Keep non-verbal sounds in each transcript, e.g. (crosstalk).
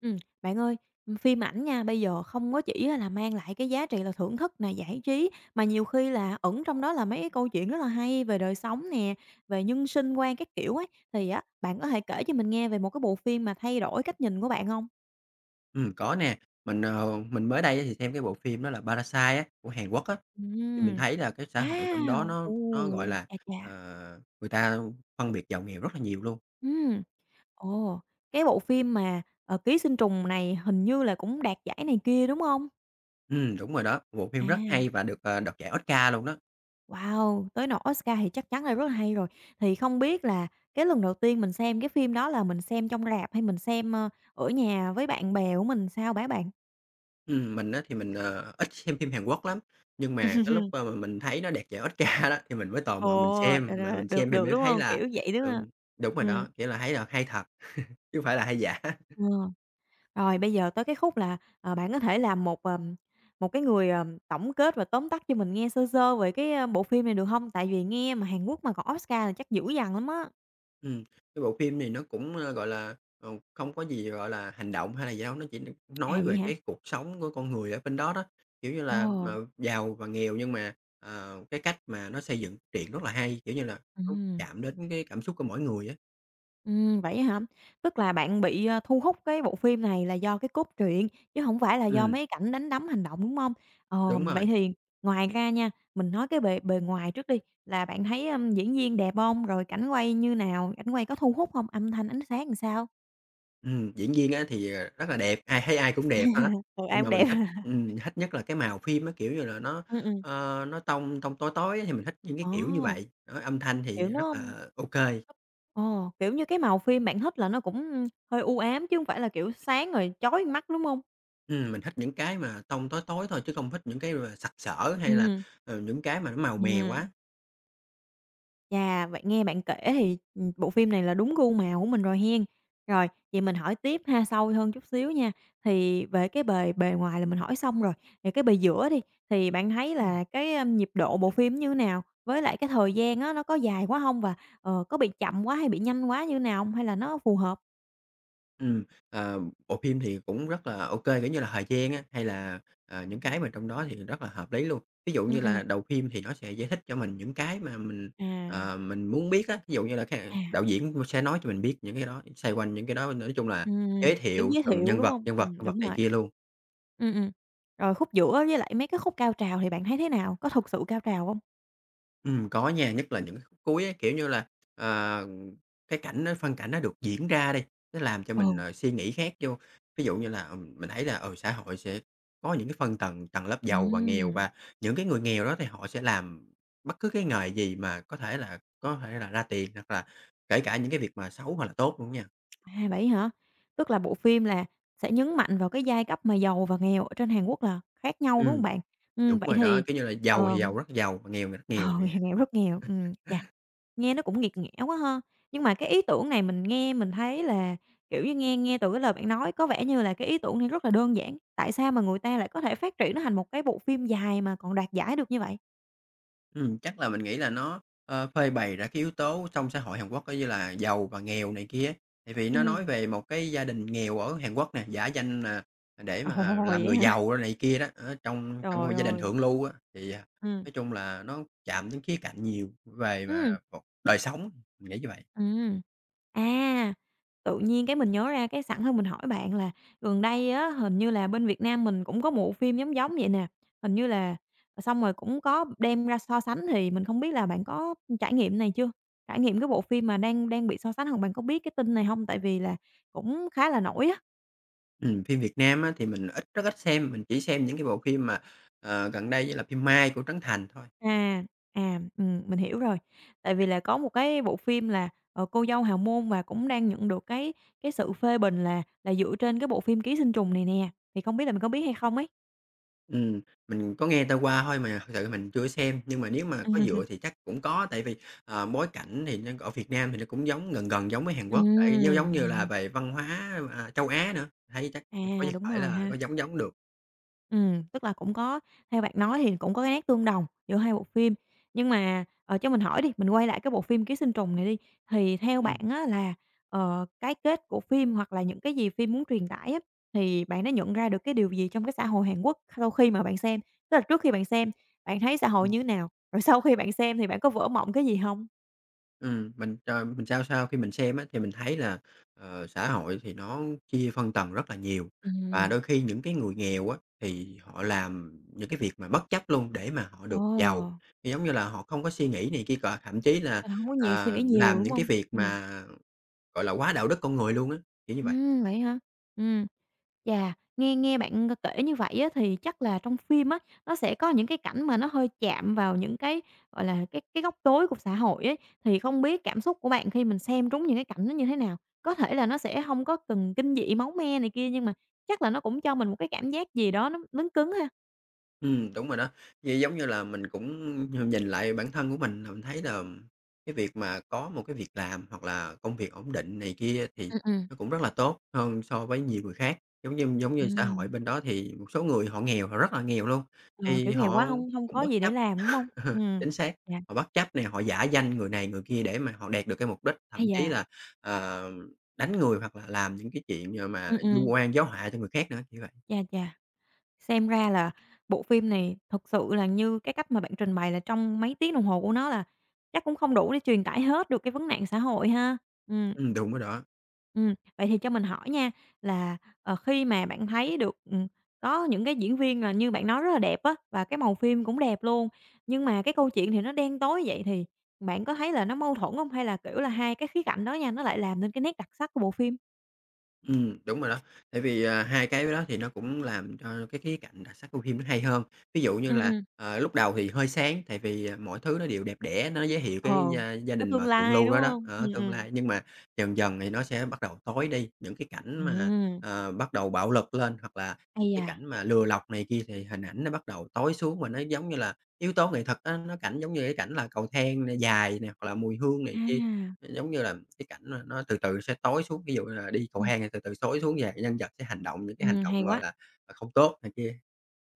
Ừm, bạn ơi, phim ảnh nha, bây giờ không có chỉ là mang lại cái giá trị là thưởng thức nè, giải trí, mà nhiều khi là ẩn trong đó là mấy cái câu chuyện rất là hay về đời sống nè, về nhân sinh quan các kiểu ấy. Thì á, bạn có thể kể cho mình nghe về một cái bộ phim mà thay đổi cách nhìn của bạn không? Có nè. Mình mới đây á thì xem cái bộ phim đó là Parasite á, của Hàn Quốc á, thì mình Ừm. thấy là cái xã hội trong đó Wow! Ồ, nó, gọi là, chà, chà. người ta phân biệt giàu nghèo rất là nhiều luôn. ừm, ồ, cái bộ phim mà, Ký sinh trùng này hình như là cũng đạt giải này kia, đúng không? Đúng rồi đó, bộ À. phim rất hay và được, đoạt giải Oscar luôn đó. Wow! Tới nọ Oscar thì chắc chắn là rất là hay rồi. Thì không biết là cái lần đầu tiên mình xem cái phim đó là mình xem trong rạp hay mình xem, ở nhà với bạn bè của mình sao hả bạn? Mình á thì mình, ờ, ít xem phim Hàn Quốc lắm, nhưng mà cái lúc, (laughs) mà mình thấy nó đoạt giải Oscar (laughs) đó thì mình mới tò Ồ, mò mình đ xem, đ mà mình được, xem thì được, mới đúng thấy không? là Kiểu vậy, đúng không? ừm, đúng rồi Ừm, đó, nghĩa là thấy là hay thật chứ hông phải là hay giả. ờ. Rồi bây giờ tới cái khúc là, bạn có thể làm một, một cái người, tổng kết và tóm tắt cho mình nghe sơ sơ về cái, bộ phim này được không? Tại vì nghe mà Hàn Quốc mà còn Oscar là chắc dữ dằn lắm á. Ừm, cái bộ phim này nó cũng, gọi là, không có gì, gọi là, hành động hay là gì đâu, nó chỉ À, nói vậy về hả? cái cuộc sống của con người ở bên đó đó, kiểu như Ồ, là, giàu và nghèo nhưng mà, cái cách mà nó xây dựng truyện rất là hay, kiểu như là, nó ừm. chạm đến cái cảm xúc của mỗi người á. Vậy hả? Tức là bạn bị, thu hút cái bộ phim này là do cái cốt truyện, chứ không phải là do Ừm, mấy cảnh đánh đấm hành động, đúng không? Ờ, đúng vậy rồi, thì ngoài ra nha, mình nói cái bề bề ngoài trước đi, là bạn thấy, ưm, diễn viên đẹp không? Rồi cảnh quay như nào? Cảnh quay có thu hút không? Âm thanh, ánh sáng làm sao? Diễn viên á thì, rất là đẹp, ai thấy ai cũng đẹp hết, Ừ, ai nhưng cũng mà đẹp. (laughs) Mình thích nhất là cái màu phim á, kiểu như là, nó, ừm. Nó tông tông tối tối á thì mình thích những cái Ờ, kiểu như vậy, đó, âm thanh kiểu, thì rất nó là ô kê. ờ, kiểu như, cái màu phim bạn thích là nó cũng hơi u ám chứ không phải là, kiểu, sáng rồi chói mắt, đúng không? Mình thích những cái mà tông tối tối thôi chứ không thích những cái mà sặc sỡ hay là, Ừm, những cái mà nó màu mè ừm. quá. Chà, vậy nghe bạn kể thì, bộ phim này là đúng gu mèo của mình rồi hen. Rồi, vậy mình hỏi tiếp ha, sâu hơn chút xíu nha. Thì về cái bề bề ngoài là mình hỏi xong rồi, về cái bề giữa đi, thì bạn thấy Ừm. là cái, nhịp độ bộ phim như thế nào? Với lại cái thời gian á, nó có dài quá không? Và, có bị chậm quá hay bị nhanh quá như thế nào không? Hay là nó phù hợp? Ừm, ờ, Bộ phim thì cũng rất là ô kê, kiểu như là, thời gian á, hay là, những cái mà trong đó thì rất là hợp lý luôn. Ví dụ Ừm, như ừm, là đầu phim thì nó sẽ giải thích cho mình những cái mà mình, à, ờ, mình muốn biết á, ví dụ như là cái à, đạo diễn sẽ nói cho mình biết những cái đó, xoay quanh những cái đó, nói chung là giới kiểu, thiệu giới từng thiệu, nhân đúng vật, không? nhân vật, nhân vật Đúng này rồi, kia luôn. Ừm. Rồi khúc giữa với lại mấy cái khúc cao trào thì bạn thấy thế nào? Có thực sự cao trào không? Có nha, nhất là những cái khúc cuối ấy, kiểu như là, ờ, cái cảnh nó phân cảnh nó được diễn ra đi, nó làm cho Ừ, mình, suy nghĩ khác vô. Ví dụ như là, mình thấy là, ừ, xã hội sẽ có những cái phân tầng, tầng lớp giàu và nghèo ừm. và những cái người nghèo đó thì họ sẽ làm bất cứ cái nghề gì mà có thể là ra tiền, hoặc là kể cả những cái việc mà xấu hoặc là tốt luôn nha. À, vậy hả? Tức là bộ phim là sẽ nhấn mạnh vào cái giai cấp mà giàu và nghèo ở trên Hàn Quốc là khác nhau, đúng hông Ừm, bạn? Đúng Vậy rồi đó, thì, kiểu như là, ờ, giàu thì giàu (laughs) rất giàu, mà nghèo thì rất ờ, nghèo. nghèo, nghèo, rất nghèo, chà, nghe nó cũng nghiệt ngã quá ha. Nhưng mà cái ý tưởng này mình nghe mình thấy là, kiểu như, nghe nghe từ cái lời bạn nói có vẻ như là cái ý tưởng này rất là đơn giản, tại sao mà người ta lại có thể phát triển nó thành một cái bộ phim dài mà còn đạt giải được như vậy? Chắc là mình nghĩ là nó, phơi bày ra cái yếu tố trong xã hội Hàn Quốc, coi như là giàu và nghèo này kia. Tại vì nó Ừm. nói về một cái gia đình nghèo ở Hàn Quốc nè, giả danh là Ồ, để mà (laughs) làm vậy người hả? giàu rồi này kia đó, ở trong trong một Trời gia đình ơi! thượng lưu á, thì, à, Ừm, nói chung là nó chạm đến khía cạnh nhiều về mà ừm, cuộc đời sống, mình nghĩ như vậy. ừm. À, tự nhiên cái mình nhớ ra cái sẵn hơn mình hỏi bạn là gần đây á, hình như là bên Việt Nam mình cũng có một bộ phim giống giống vậy nè, hình như là xong rồi cũng có đem ra so sánh thì mình không biết là bạn có trải nghiệm này chưa? Trải nghiệm cái bộ phim mà đang đang bị so sánh hoặc bạn có biết cái tin này không? Tại vì là cũng khá là nổi á. Phim Việt Nam á thì mình rất ít xem, mình chỉ xem những cái bộ phim mà, gần đây như là phim Mai của Trấn Thành thôi. À, à, mình hiểu rồi. Tại vì là có một cái bộ phim là, "Cô dâu Hào môn" và cũng đang nhận được cái sự phê bình là dựa trên cái bộ phim "Ký sinh trùng" này nè, thì không biết là mình có biết hay không ấy? Ừm, mình có nghe ta qua thôi mà thực sự mình chưa xem, nhưng mà nếu mà có dựa thì chắc cũng có, tại vì, bối cảnh thì nó ở Việt Nam thì nó cũng giống gần gần giống với Hàn Quốc, tại giống Ừm, như ừm, là về văn hóa, à, châu Á nữa, thấy chắc cũng có à, đúng thể rồi là ha. có giống giống được. Tức là cũng có theo bạn nói thì cũng có cái nét tương đồng giữa hai bộ phim. Nhưng mà, cho mình hỏi đi, mình quay lại cái bộ phim Ký sinh trùng này đi, thì theo bạn Ừm, á là, cái kết của phim hoặc là những cái gì phim muốn truyền tải á, thì bạn đã nhận ra được cái điều gì trong cái xã hội Hàn Quốc sau khi mà bạn xem? Tức là trước khi bạn xem, bạn thấy xã hội ừm. như thế nào? Rồi sau khi bạn xem thì bạn có vỡ mộng cái gì hông? Mình, ờ, mình sao sao khi mình xem á, thì mình thấy là, xã hội thì nó chia phân tầng rất là nhiều, và Ừm. đôi khi những cái người nghèo á, thì họ làm những cái việc mà bất chấp luôn để mà họ Ồ, được giàu. Thì giống như là họ không có suy nghĩ này kia cọ, thậm chí là, là hông có nhiều suy à, nghĩ nhiều, làm đúng những cái hông? việc mà, gọi là, quá đạo đức con người luôn á, kiểu như vậy. Vậy hả? Ừm. Chà, nghe nghe bạn kể như vậy á, thì chắc là trong phim á, nó sẽ có những cái cảnh mà nó hơi chạm vào những cái, gọi là, cái góc tối của xã hội ấy, thì không biết cảm xúc của bạn khi mình xem trúng những cái cảnh nó như thế nào? Có thể là nó sẽ không có cần kinh dị máu me này kia, nhưng mà chắc là nó cũng cho mình một cái cảm giác gì đó nó cứng cứng ha? Đúng rồi đó. Như giống như là mình cũng nhìn lại bản thân của mình là mình thấy là cái việc mà có một cái việc làm hoặc là công việc ổn định này kia thì Ừm, ừm, nó cũng rất là tốt hơn so với nhiều người khác. Giống như xã hội ừm. bên đó thì một số người họ nghèo, họ rất là nghèo luôn, Ờ, thì kiểu, nghèo họ quá không không cũng có bất gì để chấp làm, đúng không? (laughs) Chính xác, dạ, họ bất chấp này họ giả danh người này người kia để mà họ đạt được cái mục đích, ái thậm chí da, là, ờ, đánh người hoặc là làm những cái chuyện, mà ừm, vu ừm, oan giáo họa cho người khác nữa, như vậy. chà, chà. Xem ra là bộ phim này thực sự là như cái cách mà bạn trình bày là trong mấy tiếng đồng hồ của nó là chắc cũng không đủ để truyền tải hết được cái vấn nạn xã hội ha. Ừm. Đúng rồi đó. Vậy thì cho mình hỏi nha, là, khi mà bạn thấy được, có những cái diễn viên là như bạn nói rất là đẹp á, và cái màu phim cũng đẹp luôn, nhưng mà cái câu chuyện thì nó đen tối vậy thì bạn có thấy là nó mâu thuẫn không? Hay là, kiểu là, hai cái khía cạnh đó nha, nó lại làm nên cái nét đặc sắc của bộ phim? Đúng rồi đó. Tại vì, à, hai cái đó thì nó cũng làm cho cái khía cạnh đặc sắc của phim nó hay hơn. Ví dụ như Ừm, là, ừm. Lúc đầu thì hơi sáng, tại vì, à, mọi thứ nó đều đẹp đẽ, nó giới thiệu Ờ, cái gia gia có đình tương mà thượng lai, lưu đúng đó đó, không? Ở tương lai. Nhưng mà dần dần thì nó sẽ bắt đầu tối đi, những cái cảnh mà, Ừm. Bắt đầu bạo lực lên hoặc là những Ây cái da, cảnh mà lừa lọc này kia thì hình ảnh nó bắt đầu tối xuống và nó giống như là yếu tố nghệ thuật á, nó cảnh giống như cái cảnh là cầu thang nè, dài nè, hoặc là mùi hương à, này kia. Giống như là cái cảnh mà nó từ từ sẽ tối xuống, ví dụ như là đi cầu ừm, hang thì từ từ tối xuống và nhân vật sẽ hành động những cái hành hay động, gọi quá, là, à, không tốt này kia.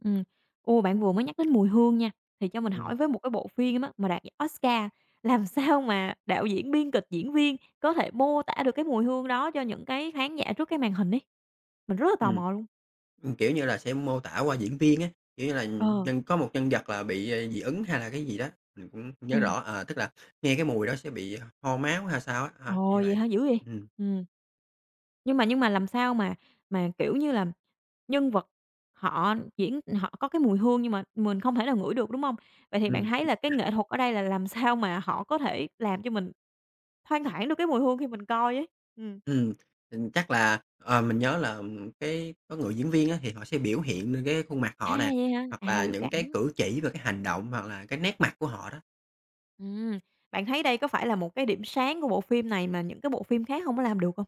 ừm. Ô, bạn vừa mới nhắc đến mùi hương nha, thì cho mình Ừm, hỏi với một cái bộ phim á mà đạt giải Oscar, làm (laughs) sao mà đạo diễn, biên kịch, diễn viên có thể mô tả được cái mùi hương đó cho những cái khán giả trước cái màn hình ấy? Mình rất là tò ừm, mò luôn. Kiểu như là, sẽ mô tả qua diễn viên á, kiểu như là, Ờ, có một nhân vật là bị, à, dị ứng hay là cái gì đó, mình cũng không nhớ ừm. rõ, tức là nghe cái mùi đó sẽ bị ho máu hay sao á, ờ, Ồ, kiểu vậy vậy. hả? Dữ vậy! Ừm, Ừm. Nhưng mà làm sao mà, kiểu như là, nhân vật họ diễn họ có cái mùi hương nhưng mà mình không thể nào ngửi được, đúng hông? Vậy thì bạn ừm, thấy là cái nghệ thuật ở đây là làm sao mà họ có thể làm cho mình thoang thoảng được cái mùi hương khi mình coi ấy? Ừm. ừm, Chắc là, mình nhớ là, cái có người diễn viên á thì họ sẽ biểu hiện lên cái khuôn mặt À, họ nè, vậy hả? hoặc À, là biểu những cảm. cái cử chỉ và cái hành động hoặc là cái nét mặt của họ đó. Ừm, bạn thấy đây có phải là một cái điểm sáng của bộ phim này mà những cái bộ phim khác hông có làm được hông?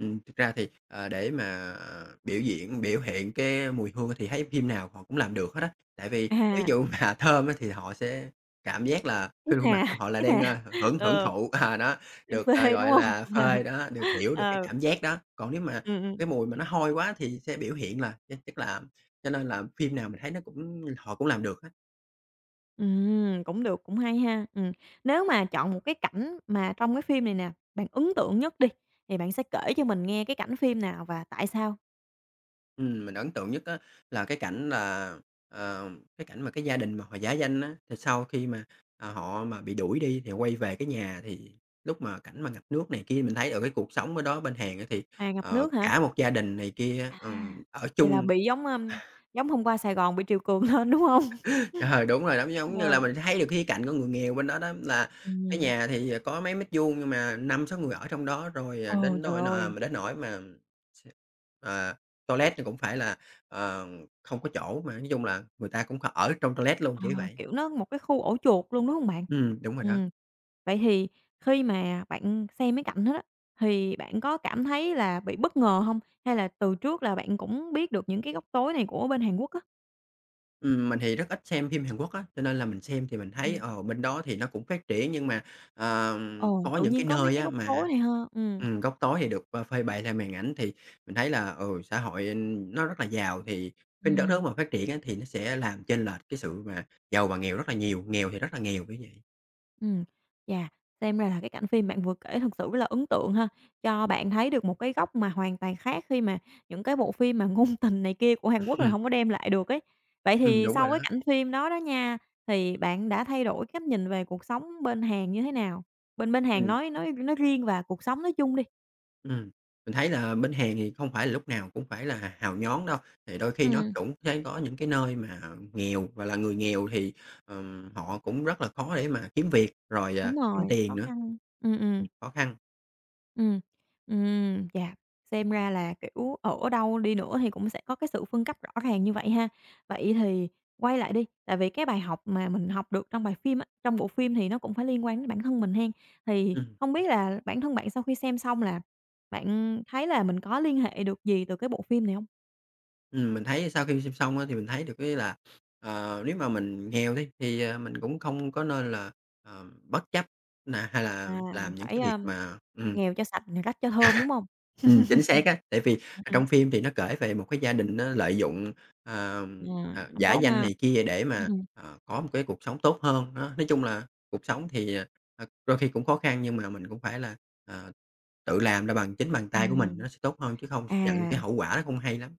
Thực ra thì, để mà biểu diễn, biểu hiện cái mùi hương thì thấy phim nào họ cũng làm được hết á. Tại vì ví À, dụ (laughs) mà thơm á thì họ sẽ cảm giác là thiết trên khuôn mặt tha, của họ là thiết đang, tha. Hưởng hưởng Ờ. (laughs) thụ, à, đó, Đang được, phê, đúng gọi hông? là, (laughs) phơi đó, được hiểu được cái Ờ. cảm giác đó. Còn nếu mà Ừm, ừm. cái mùi mà nó hôi quá thì sẽ biểu hiện là chắc là cho nên là phim nào mình thấy nó cũng họ cũng làm được hết. Cũng được, cũng hay ha. Nếu mà chọn một cái cảnh mà trong cái phim này nè, bạn ấn tượng nhất đi, thì bạn sẽ kể cho mình nghe cái cảnh phim nào và tại sao? Mình ấn tượng nhất á là cái cảnh là, ờ, cái cảnh mà cái gia đình mà họ giả danh á, thì sau khi mà, à, họ mà bị đuổi đi thì quay về cái nhà thì lúc mà cảnh mà ngập nước này kia, mình thấy ở cái cuộc sống ở đó bên Hàn á thì, À, ngập nước hả? cả một gia đình này kia, À, ở vậy là chung. bị giống, ưm, giống hôm qua Sài Gòn bị triều cường (laughs) lên, đúng hông? Ờ, đúng rồi, giống giống như Rồi. là mình thấy được cái khía cạnh của người nghèo bên đó đó, là cái Ừm. nhà thì, có mấy mét vuông nhưng mà năm sáu người ở trong đó rồi, Ồ, trời ơi! Đến nỗi mà s ờ, toilet thì cũng phải là, ờ, không có chỗ mà nói chung là người ta cũng ở trong toilet luôn, Ờ, kiểu vậy. kiểu, nó một cái khu ổ chuột luôn, đúng hông bạn? Đúng rồi đó. Ừm, vậy thì khi mà bạn xem mấy cảnh đó đó, thì bạn có cảm thấy là bị bất ngờ hông? Hay là từ trước là bạn cũng biết được những cái góc tối này của bên Hàn Quốc á? Mình thì rất ít xem phim Hàn Quốc á, cho nên là mình xem thì mình thấy, Ừm, bên đó thì nó cũng phát triển nhưng mà, ờ, ồ. có Tự những cái nhiên có mấy nơi cái á góc mà tối này ha. Góc tối thì được, phơi bày làm màn ảnh thì mình thấy là, ừ, xã hội nó rất là giàu thì bên đất nước Ừm. mà phát triển á thì nó sẽ làm chênh lệch cái sự mà giàu và nghèo rất là nhiều, nghèo thì rất là nghèo, kiểu vậy. Ừm, chà, xem ra là cái cảnh phim bạn vừa kể thật sự rất là ấn tượng ha, cho bạn thấy được một cái góc mà hoàn toàn khác khi mà những cái bộ phim mà (laughs) ngôn tình này kia của Hàn Quốc là Ừm, không có đem lại được ấy. Vậy thì đúng rồi sau cái đó. cảnh phim đó đó nha, thì bạn đã thay đổi cách nhìn về cuộc sống bên Hàn như thế nào? Bên bên Hàn Ừm. nói riêng và cuộc sống nói chung đi. Ừm, mình thấy là bên Hàn thì không phải là lúc nào cũng phải là hào nhoáng đâu, thì đôi khi nó Ừ, cũng sẽ có những cái nơi mà nghèo và là người nghèo thì, họ cũng rất là khó để mà kiếm việc, rồi, đúng kiếm rồi, tiền khó nữa, khăn. Ừ ừ. Khó khăn. Ừm, dạ. Xem ra là, kiểu, ở đâu đi nữa thì cũng sẽ có cái sự phân cấp rõ ràng như vậy ha. Vậy thì quay lại đi, tại vì cái bài học mà mình học được trong bài phim á, trong bộ phim thì nó cũng phải liên quan đến bản thân mình hen. Thì Ừm, không biết là bản thân bạn sau khi xem xong là bạn thấy là mình có liên hệ được gì từ cái bộ phim này hông? Mình thấy sau khi xem xong á thì mình thấy được cái là, nếu mà mình nghèo đi thì, mình cũng không có nên là, bất chấp nà hay À, là mình làm những phải, cái việc mà. Nghèo cho sạch, rách cho thơm, đúng hông? Chính (laughs) xác á, tại vì, Ừm, trong phim thì nó kể về một cái gia đình nó lợi dụng, ờ, hông giả tốt danh ha. này kia để mà, Ừm, có một cái cuộc sống tốt hơn. Đó, nói chung là cuộc sống thì, đôi khi cũng khó khăn nhưng mà mình cũng phải là, ờ, tự làm ra bằng chính bàn tay của ừm, mình ừm, nó sẽ tốt hơn chứ không sẽ nhận cái à. hậu quả nó không hay lắm.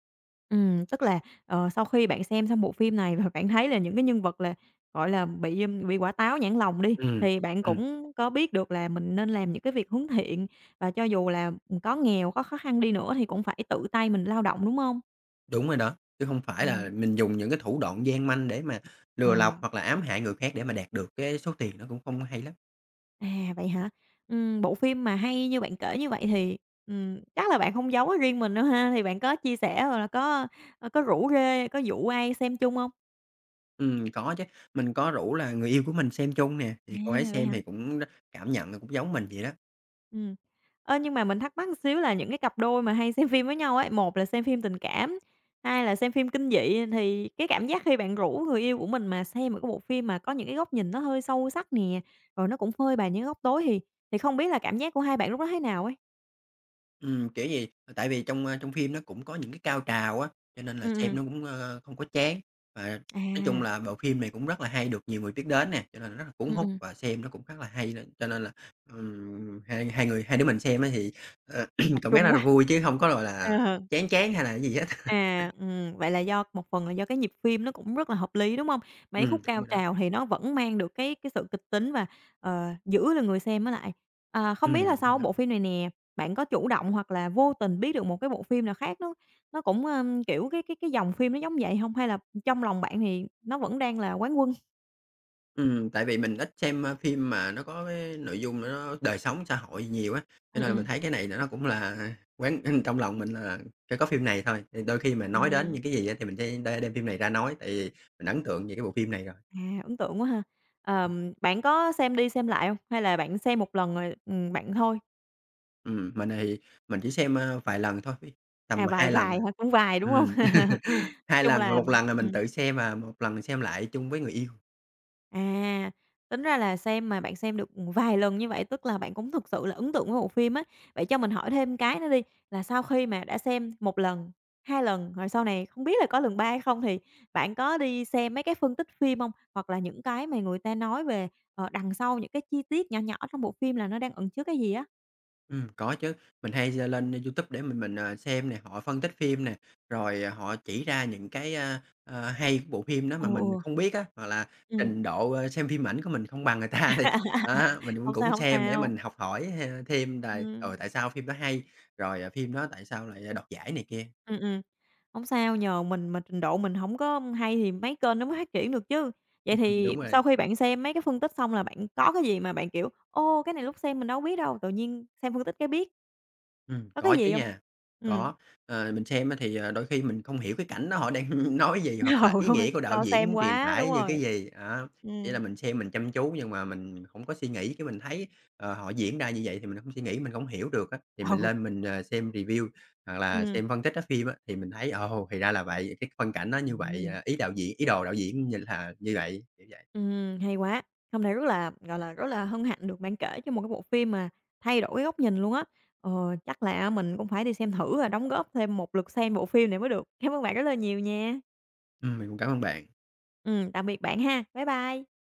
Tức là, sau khi bạn xem xong bộ phim này và bạn thấy là những cái nhân vật là, gọi là, bị, bị quả táo nhãn lòng đi, Ừm, thì bạn ừm, cũng có biết được là mình nên làm những cái việc hướng thiện và cho dù là, có nghèo, có khó khăn đi nữa thì cũng phải tự tay mình lao động, đúng không? đúng rồi đó, chứ không phải Ừm. là mình dùng những cái thủ đoạn gian manh để mà lừa Ờ, lọc hoặc là ám hại người khác để mà đạt được cái số tiền, nó cũng không hay lắm. à, vậy hả? Bộ phim mà hay như bạn kể như vậy thì, chắc là bạn không giấu ở riêng mình đâu ha? Thì bạn có chia sẻ, rồi là có, có rủ rê, có dụ ai xem chung không? Có chứ, mình có rủ là người yêu của mình xem chung nè, thì cô ấy À, vậy xem hả? thì cũng r cảm nhận là cũng giống mình vậy đó. Ừm. Ơ, nhưng mà mình thắc mắc xíu là những cái cặp đôi mà hay xem phim với nhau ấy, một là xem phim tình cảm, hai là xem phim kinh dị, thì cái cảm giác khi bạn rủ người yêu của mình mà xem một cái bộ phim mà có những cái góc nhìn nó hơi sâu sắc nè, rồi nó cũng phơi bày những góc tối thì không biết là cảm giác của hai bạn lúc đó thế nào ấy? Kiểu gì, tại vì trong phim nó cũng có những cái cao trào á, cho nên là Ừm, xem ừm. nó cũng, không có chán. Và nói chung À. là bộ phim này cũng rất là hay, được nhiều người biết đến nè, cho nên là rất là cuốn hút ừm. và xem nó cũng khá là hay nên cho nên là, hai hai người hai đứa mình xem á thì, ờ, (clears throat) Tập cảm giác trung rất là quá. vui chứ hông có, gọi là, Ờ. chán chán hay là cái gì hết. À, vậy là do một phần là do cái nhịp phim nó cũng rất là hợp lý, đúng hông? Mấy khúc Đúng cao rồi đó. trào thì nó vẫn mang được cái sự kịch tính và, giữ được người xem ở lại. À, không biết là Đúng sau rồi đó. bộ phim này nè, bạn có chủ động hoặc là vô tình biết được một cái bộ phim nào khác nó cũng, ưm, kiểu, cái dòng phim nó giống vậy hông? Hay là trong lòng bạn thì nó vẫn đang là Quán Quân? Tại vì mình ít xem, phim mà nó có cái nội dung nó đời sống xã hội nhiều á, cho Ừm, nên là mình ừm. thấy cái này nó cũng là quán (laughs) trong lòng mình là phải có phim này thôi, thì đôi khi mà nói đến Ừm, những cái gì á thì mình sẽ đem phim này ra nói, tại vì mình ấn tượng về cái bộ phim này rồi. à, ấn tượng quá ha. Bạn có xem đi xem lại hông? Hay là bạn xem một lần rồi, bạn thôi? Ừm, mình thì mình chỉ xem, vài lần thôi, tầm À, vài 2 lần vài à, hả? Cũng vài, đúng hông? ừm, (laughs) (laughs) Nói 2 chung lần, rồi là 1 lần là mình ừm, tự xem, và một lần xem lại chung với người yêu. à, tính ra là xem mà bạn xem được, vài lần như vậy, tức là bạn cũng thực sự là ấn tượng với bộ phim á. Vậy cho mình hỏi thêm cái nữa đi, là sau khi mà đã xem một lần, 2 lần, rồi sau này không biết là có lần 3 hay không, thì bạn có đi xem mấy cái phân tích phim hông? Hoặc là những cái mà người ta nói về, đằng sau những cái chi tiết nhỏ nhỏ trong bộ phim là nó đang ẩn chứa cái gì á? Có chứ, mình hay giơ lên YouTube để mình, xem nè, họ phân tích phim nè, rồi, họ chỉ ra những cái, hay của bộ phim đó Ừ, mà mình không biết á, hoặc là ừm. trình độ, xem phim ảnh của mình không bằng người ta (laughs) đi, (laughs) đó, mình cũng Hông sao, cũng hổng xem để sao. mình học hỏi ha thêm là, Ừm. Tại sao phim đó hay, rồi, phim đó tại sao lại đoạt giải này kia. Ừ. Hổng sao, nhờ mình mà trình độ mình không có hay thì mấy kênh nó mới phát triển được chứ. Vậy thì Đúng rồi. sau khi bạn xem mấy cái phân tích xong là bạn có cái gì mà bạn, kiểu, "Ô, cái này lúc xem mình đâu biết đâu, tự nhiên xem phân tích cái biết." Có cái Có chứ gì không? nha, Ừm. có. Ờ, mình xem á thì, đôi khi mình không hiểu cái cảnh đó họ đang (laughs) nói (laughs) gì Ừ, hoặc là đúng ý rồi, nghĩa của đạo lo diễn xem muốn truyền quá, đúng tải như rồi. cái gì, đó. Chỉ Ừm. là mình xem mình chăm chú nhưng mà mình hổng có suy nghĩ, cái mình thấy, họ diễn ra như vậy thì mình hông suy nghĩ, mình hổng hiểu được á, thì mình Ừ. lên mình, xem review hoặc là Ừm. xem phân tích á phim á, thì mình thấy, ồ, thì ra là vậy, cái phân cảnh nó như vậy, Ừ. à, ý đồ đạo diễn như là như vậy, kiểu vậy. Hay quá. Hôm nay rất là, gọi là, rất là hân hạnh được bạn kể cho một cái bộ phim mà thay đổi cái góc nhìn luôn á. Ờ, chắc là mình cũng phải đi xem thử và đóng góp thêm một lượt xem bộ phim này mới được. Cảm ơn bạn rất là nhiều nha. Mình cũng cảm ơn bạn. Tạm biệt bạn ha. Bye bye.